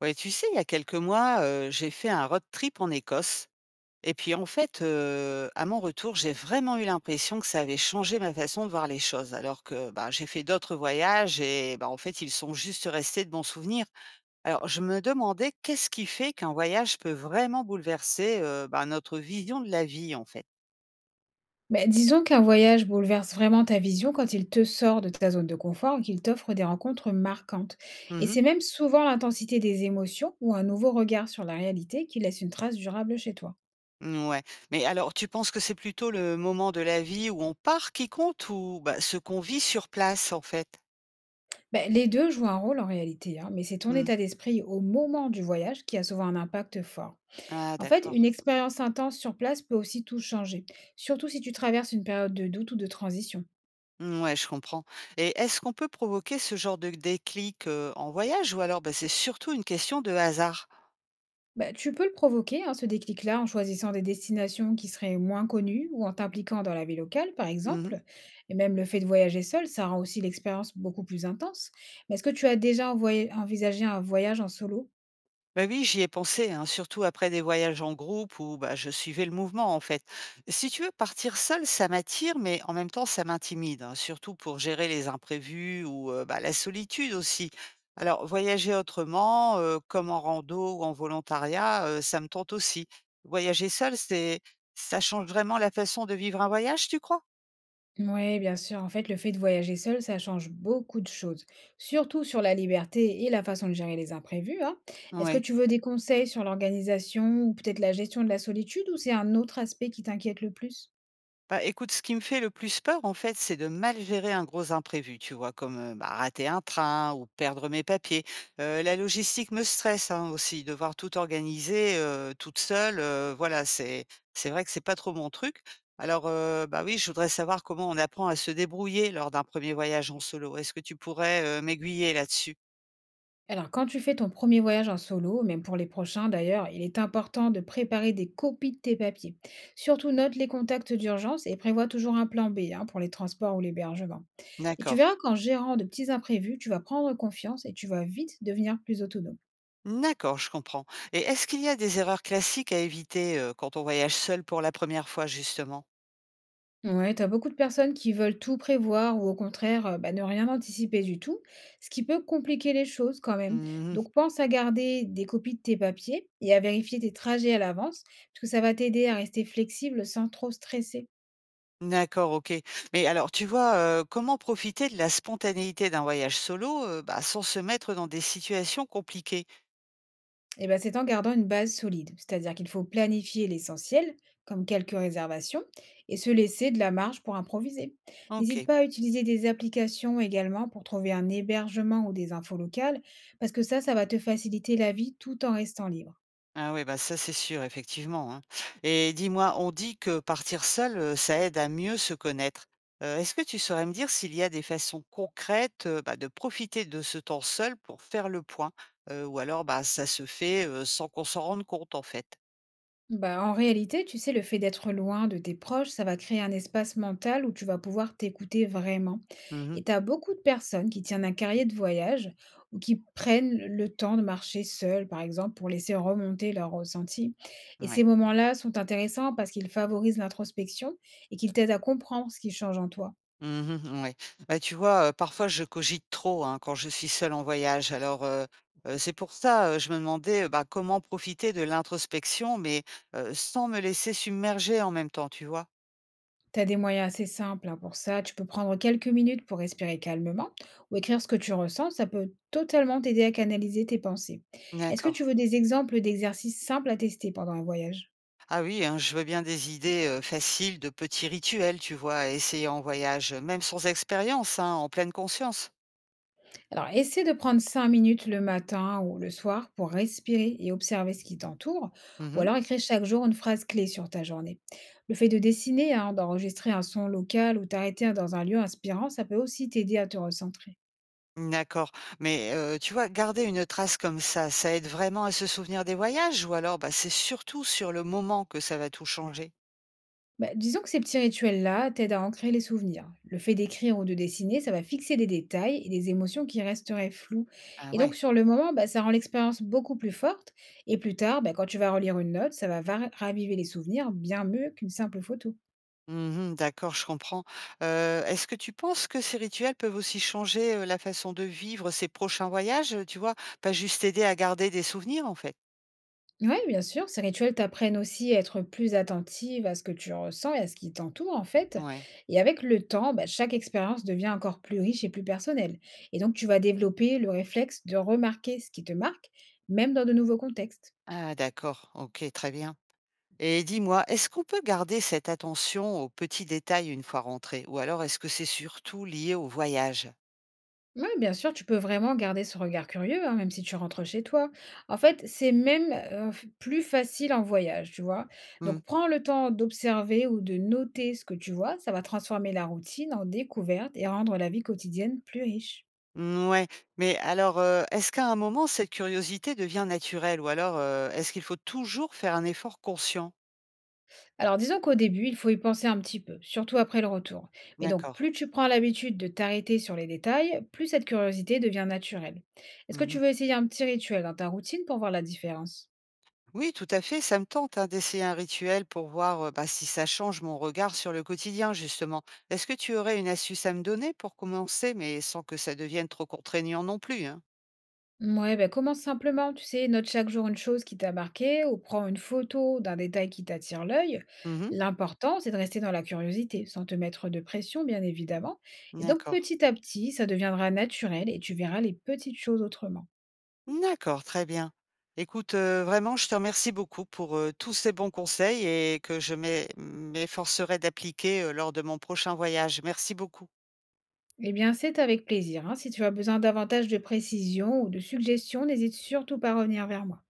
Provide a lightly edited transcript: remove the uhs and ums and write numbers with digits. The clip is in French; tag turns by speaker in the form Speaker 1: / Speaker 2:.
Speaker 1: Ouais, tu sais, il y a quelques mois, j'ai fait un road trip en Écosse et puis, en fait, à mon retour, j'ai vraiment eu l'impression que ça avait changé ma façon de voir les choses alors que, bah, j'ai fait d'autres voyages et bah, en fait, ils sont juste restés de bons souvenirs. Alors, je me demandais qu'est-ce qui fait qu'un voyage peut vraiment bouleverser, bah, notre vision de la vie, en fait?
Speaker 2: Bah, disons qu'un voyage bouleverse vraiment ta vision quand il te sort de ta zone de confort ou qu'il t'offre des rencontres marquantes. Et
Speaker 1: Mmh mh.
Speaker 2: c'est même souvent l'intensité des émotions ou un nouveau regard sur la réalité qui laisse une trace durable chez toi.
Speaker 1: Mais alors tu penses que c'est plutôt le moment de la vie où on part qui compte ou, bah, ce qu'on vit sur place, en fait?
Speaker 2: Bah, les deux jouent un rôle en réalité, hein, mais c'est ton
Speaker 1: Mmh.
Speaker 2: état d'esprit au moment du voyage qui a souvent un impact fort.
Speaker 1: Ah
Speaker 2: En fait, une
Speaker 1: d'accord.
Speaker 2: expérience intense sur place peut aussi tout changer, surtout si tu traverses une période de doute ou de transition.
Speaker 1: Mm, ouais, je comprends, et est-ce qu'on peut provoquer ce genre de déclic, en voyage ou alors, bah, c'est surtout une question de hasard?
Speaker 2: Bah, tu peux le provoquer, hein, ce déclic-là, en choisissant des destinations qui seraient moins connues ou en t'impliquant dans la vie locale, par
Speaker 1: Mmh.
Speaker 2: exemple. Et même le fait de voyager seul, ça rend aussi l'expérience beaucoup plus intense. Mais est-ce que tu as déjà envisagé un voyage en solo?
Speaker 1: Bah, oui, j'y ai pensé, hein, surtout après des voyages en groupe où, bah, je suivais le mouvement, en fait. Si tu veux, partir seul, ça m'attire, mais en même temps, ça m'intimide, hein, surtout pour gérer les imprévus ou, bah, la solitude aussi. Alors voyager autrement, comme en rando ou en volontariat, ça me tente aussi. Voyager seul, c'est, ça change vraiment la façon de vivre un voyage, tu crois?
Speaker 2: Oui, bien sûr. En fait, le fait de voyager seul, ça change beaucoup de choses, surtout sur la liberté et la façon de gérer les imprévus, hein. Est-ce que
Speaker 1: Ouais.
Speaker 2: tu veux des conseils sur l'organisation ou peut-être la gestion de la solitude ou c'est un autre aspect qui t'inquiète le plus?
Speaker 1: Bah, écoute, ce qui me fait le plus peur, en fait, c'est de mal gérer un gros imprévu, tu vois, comme bah, rater un train ou perdre mes papiers. La logistique me stresse, hein, aussi, devoir tout organiser toute seule. Voilà, c'est, c'est vrai que c'est pas trop mon truc. Alors, bah oui, je voudrais savoir comment on apprend à se débrouiller lors d'un premier voyage en solo. Est-ce que tu pourrais m'aiguiller là-dessus?
Speaker 2: Alors, quand tu fais ton premier voyage en solo, même pour les prochains d'ailleurs, il est important de préparer des copies de tes papiers. Surtout, note les contacts d'urgence et prévois toujours un plan B, hein, pour les transports ou l'hébergement. Et tu
Speaker 1: D'accord.
Speaker 2: verras qu'en gérant de petits imprévus, tu vas prendre confiance et tu vas vite devenir plus autonome.
Speaker 1: D'accord, je comprends. Et est-ce qu'il y a des erreurs classiques à éviter quand on voyage seul pour la première fois, justement?
Speaker 2: Ouais, t'as beaucoup de personnes qui veulent tout prévoir ou au contraire bah, ne rien anticiper du tout, ce qui peut compliquer les choses quand même. Donc pense à garder des copies de tes papiers et à vérifier tes trajets à l'avance, parce que ça va t'aider à rester flexible sans trop stresser.
Speaker 1: D'accord, OK. Mais alors, tu vois, comment profiter de la spontanéité d'un voyage solo, bah, sans se mettre dans des situations compliquées?
Speaker 2: Eh ben, c'est en gardant une base solide, c'est-à-dire qu'il faut planifier l'essentiel, comme quelques réservations, et se laisser de la marge pour improviser. N'hésite
Speaker 1: OK.
Speaker 2: pas à utiliser des applications également pour trouver un hébergement ou des infos locales, parce que ça va te faciliter la vie tout en restant libre.
Speaker 1: Ah oui, bah, ça, c'est sûr, effectivement, hein. Et dis-moi, on dit que partir seul, ça aide à mieux se connaître. Est-ce que tu saurais me dire s'il y a des façons concrètes, bah, de profiter de ce temps seul pour faire le point? Ou alors, bah, ça se fait, sans qu'on s'en rende compte, en fait?
Speaker 2: Bah, en réalité, tu sais, le fait d'être loin de tes proches, ça va créer un espace mental où tu vas pouvoir t'écouter vraiment.
Speaker 1: Mmh.
Speaker 2: Et tu as beaucoup de personnes qui tiennent un carrier de voyage ou qui prennent le temps de marcher seules, par exemple, pour laisser remonter leurs ressentis. Et ces
Speaker 1: Ouais.
Speaker 2: moments-là sont intéressants parce qu'ils favorisent l'introspection et qu'ils t'aident à comprendre ce qui change en toi.
Speaker 1: Mmh. Ouais. Bah, tu vois, parfois je cogite trop, hein, quand je suis seule en voyage. C'est pour ça, je me demandais, bah, comment profiter de l'introspection, mais, sans me laisser submerger en même temps, tu vois?
Speaker 2: T'as des moyens assez simples, hein, pour ça. Tu peux prendre quelques minutes pour respirer calmement ou écrire ce que tu ressens. Ça peut totalement t'aider à canaliser tes pensées. Est-ce que tu
Speaker 1: D'accord.
Speaker 2: veux des exemples d'exercices simples à tester pendant un voyage?
Speaker 1: Ah oui, hein, je veux bien des idées, faciles, de petits rituels, tu vois, à essayer en voyage, même sans expérience, hein, en pleine conscience.
Speaker 2: Alors, essaie de prendre 5 minutes le matin ou le soir pour respirer et observer ce qui t'entoure. Ou
Speaker 1: Mmh.
Speaker 2: alors écrire chaque jour une phrase clé sur ta journée. Le fait de dessiner, hein, d'enregistrer un son local ou t'arrêter dans un lieu inspirant, ça peut aussi t'aider à te recentrer.
Speaker 1: D'accord. Mais, tu vois, garder une trace comme ça aide vraiment à se souvenir des voyages ou alors, bah, c'est surtout sur le moment que ça va tout changer?
Speaker 2: Bah, disons que ces petits rituels-là t'aident à ancrer les souvenirs. Le fait d'écrire ou de dessiner, ça va fixer des détails et des émotions qui resteraient floues.
Speaker 1: Ah
Speaker 2: Et donc,
Speaker 1: ouais.
Speaker 2: sur le moment, bah, ça rend l'expérience beaucoup plus forte. Et plus tard, bah, quand tu vas relire une note, ça va raviver les souvenirs bien mieux qu'une simple photo.
Speaker 1: Mmh, d'accord, je comprends. Est-ce que tu penses que ces rituels peuvent aussi changer, la façon de vivre ces prochains voyages, tu vois? Pas juste aider à garder des souvenirs, en fait?
Speaker 2: Oui, bien sûr, ces rituels t'apprennent aussi à être plus attentive à ce que tu ressens et à ce qui t'entoure, en fait.
Speaker 1: Ouais.
Speaker 2: Et avec le temps, bah, chaque expérience devient encore plus riche et plus personnelle. Et donc tu vas développer le réflexe de remarquer ce qui te marque, même dans de nouveaux contextes.
Speaker 1: Ah d'accord, OK, très bien, et dis-moi, est-ce qu'on peut garder cette attention aux petits détails une fois rentré? Ou alors est-ce que c'est surtout lié au voyage?
Speaker 2: Oui, bien sûr, tu peux vraiment garder ce regard curieux, hein, même si tu rentres chez toi. En fait, c'est même plus facile en voyage, tu vois.
Speaker 1: Mmh.
Speaker 2: Donc prends le temps d'observer ou de noter ce que tu vois, ça va transformer la routine en découverte et rendre la vie quotidienne plus riche.
Speaker 1: Mouais, mais alors, est-ce qu'à un moment cette curiosité devient naturelle? Ou alors, est-ce qu'il faut toujours faire un effort conscient?
Speaker 2: Alors disons qu'au début, il faut y penser un petit peu, surtout après le retour. Mais donc,
Speaker 1: D'accord.
Speaker 2: plus tu prends l'habitude de t'arrêter sur les détails, plus cette curiosité devient naturelle. Est-ce que tu
Speaker 1: Mmh.
Speaker 2: veux essayer un petit rituel dans ta routine pour voir la différence?
Speaker 1: Oui, tout à fait, ça me tente, hein, d'essayer un rituel pour voir bah, si ça change mon regard sur le quotidien, justement. Est-ce que tu aurais une astuce à me donner pour commencer, mais sans que ça devienne trop contraignant non plus, hein?
Speaker 2: Ouais, ben commence simplement, tu sais, note chaque jour une chose qui t'a marqué ou prends une photo d'un détail qui t'attire l'œil.
Speaker 1: Mhm.
Speaker 2: L'important, c'est de rester dans la curiosité, sans te mettre de pression, bien évidemment. Et donc,
Speaker 1: D'accord.
Speaker 2: petit à petit, ça deviendra naturel et tu verras les petites choses autrement.
Speaker 1: D'accord, très bien. Écoute, vraiment, je te remercie beaucoup pour tous ces bons conseils et que m'efforcerai d'appliquer lors de mon prochain voyage. Merci beaucoup.
Speaker 2: Eh bien, c'est avec plaisir, hein. Si tu as besoin davantage de précisions ou de suggestions, n'hésite surtout pas à revenir vers moi.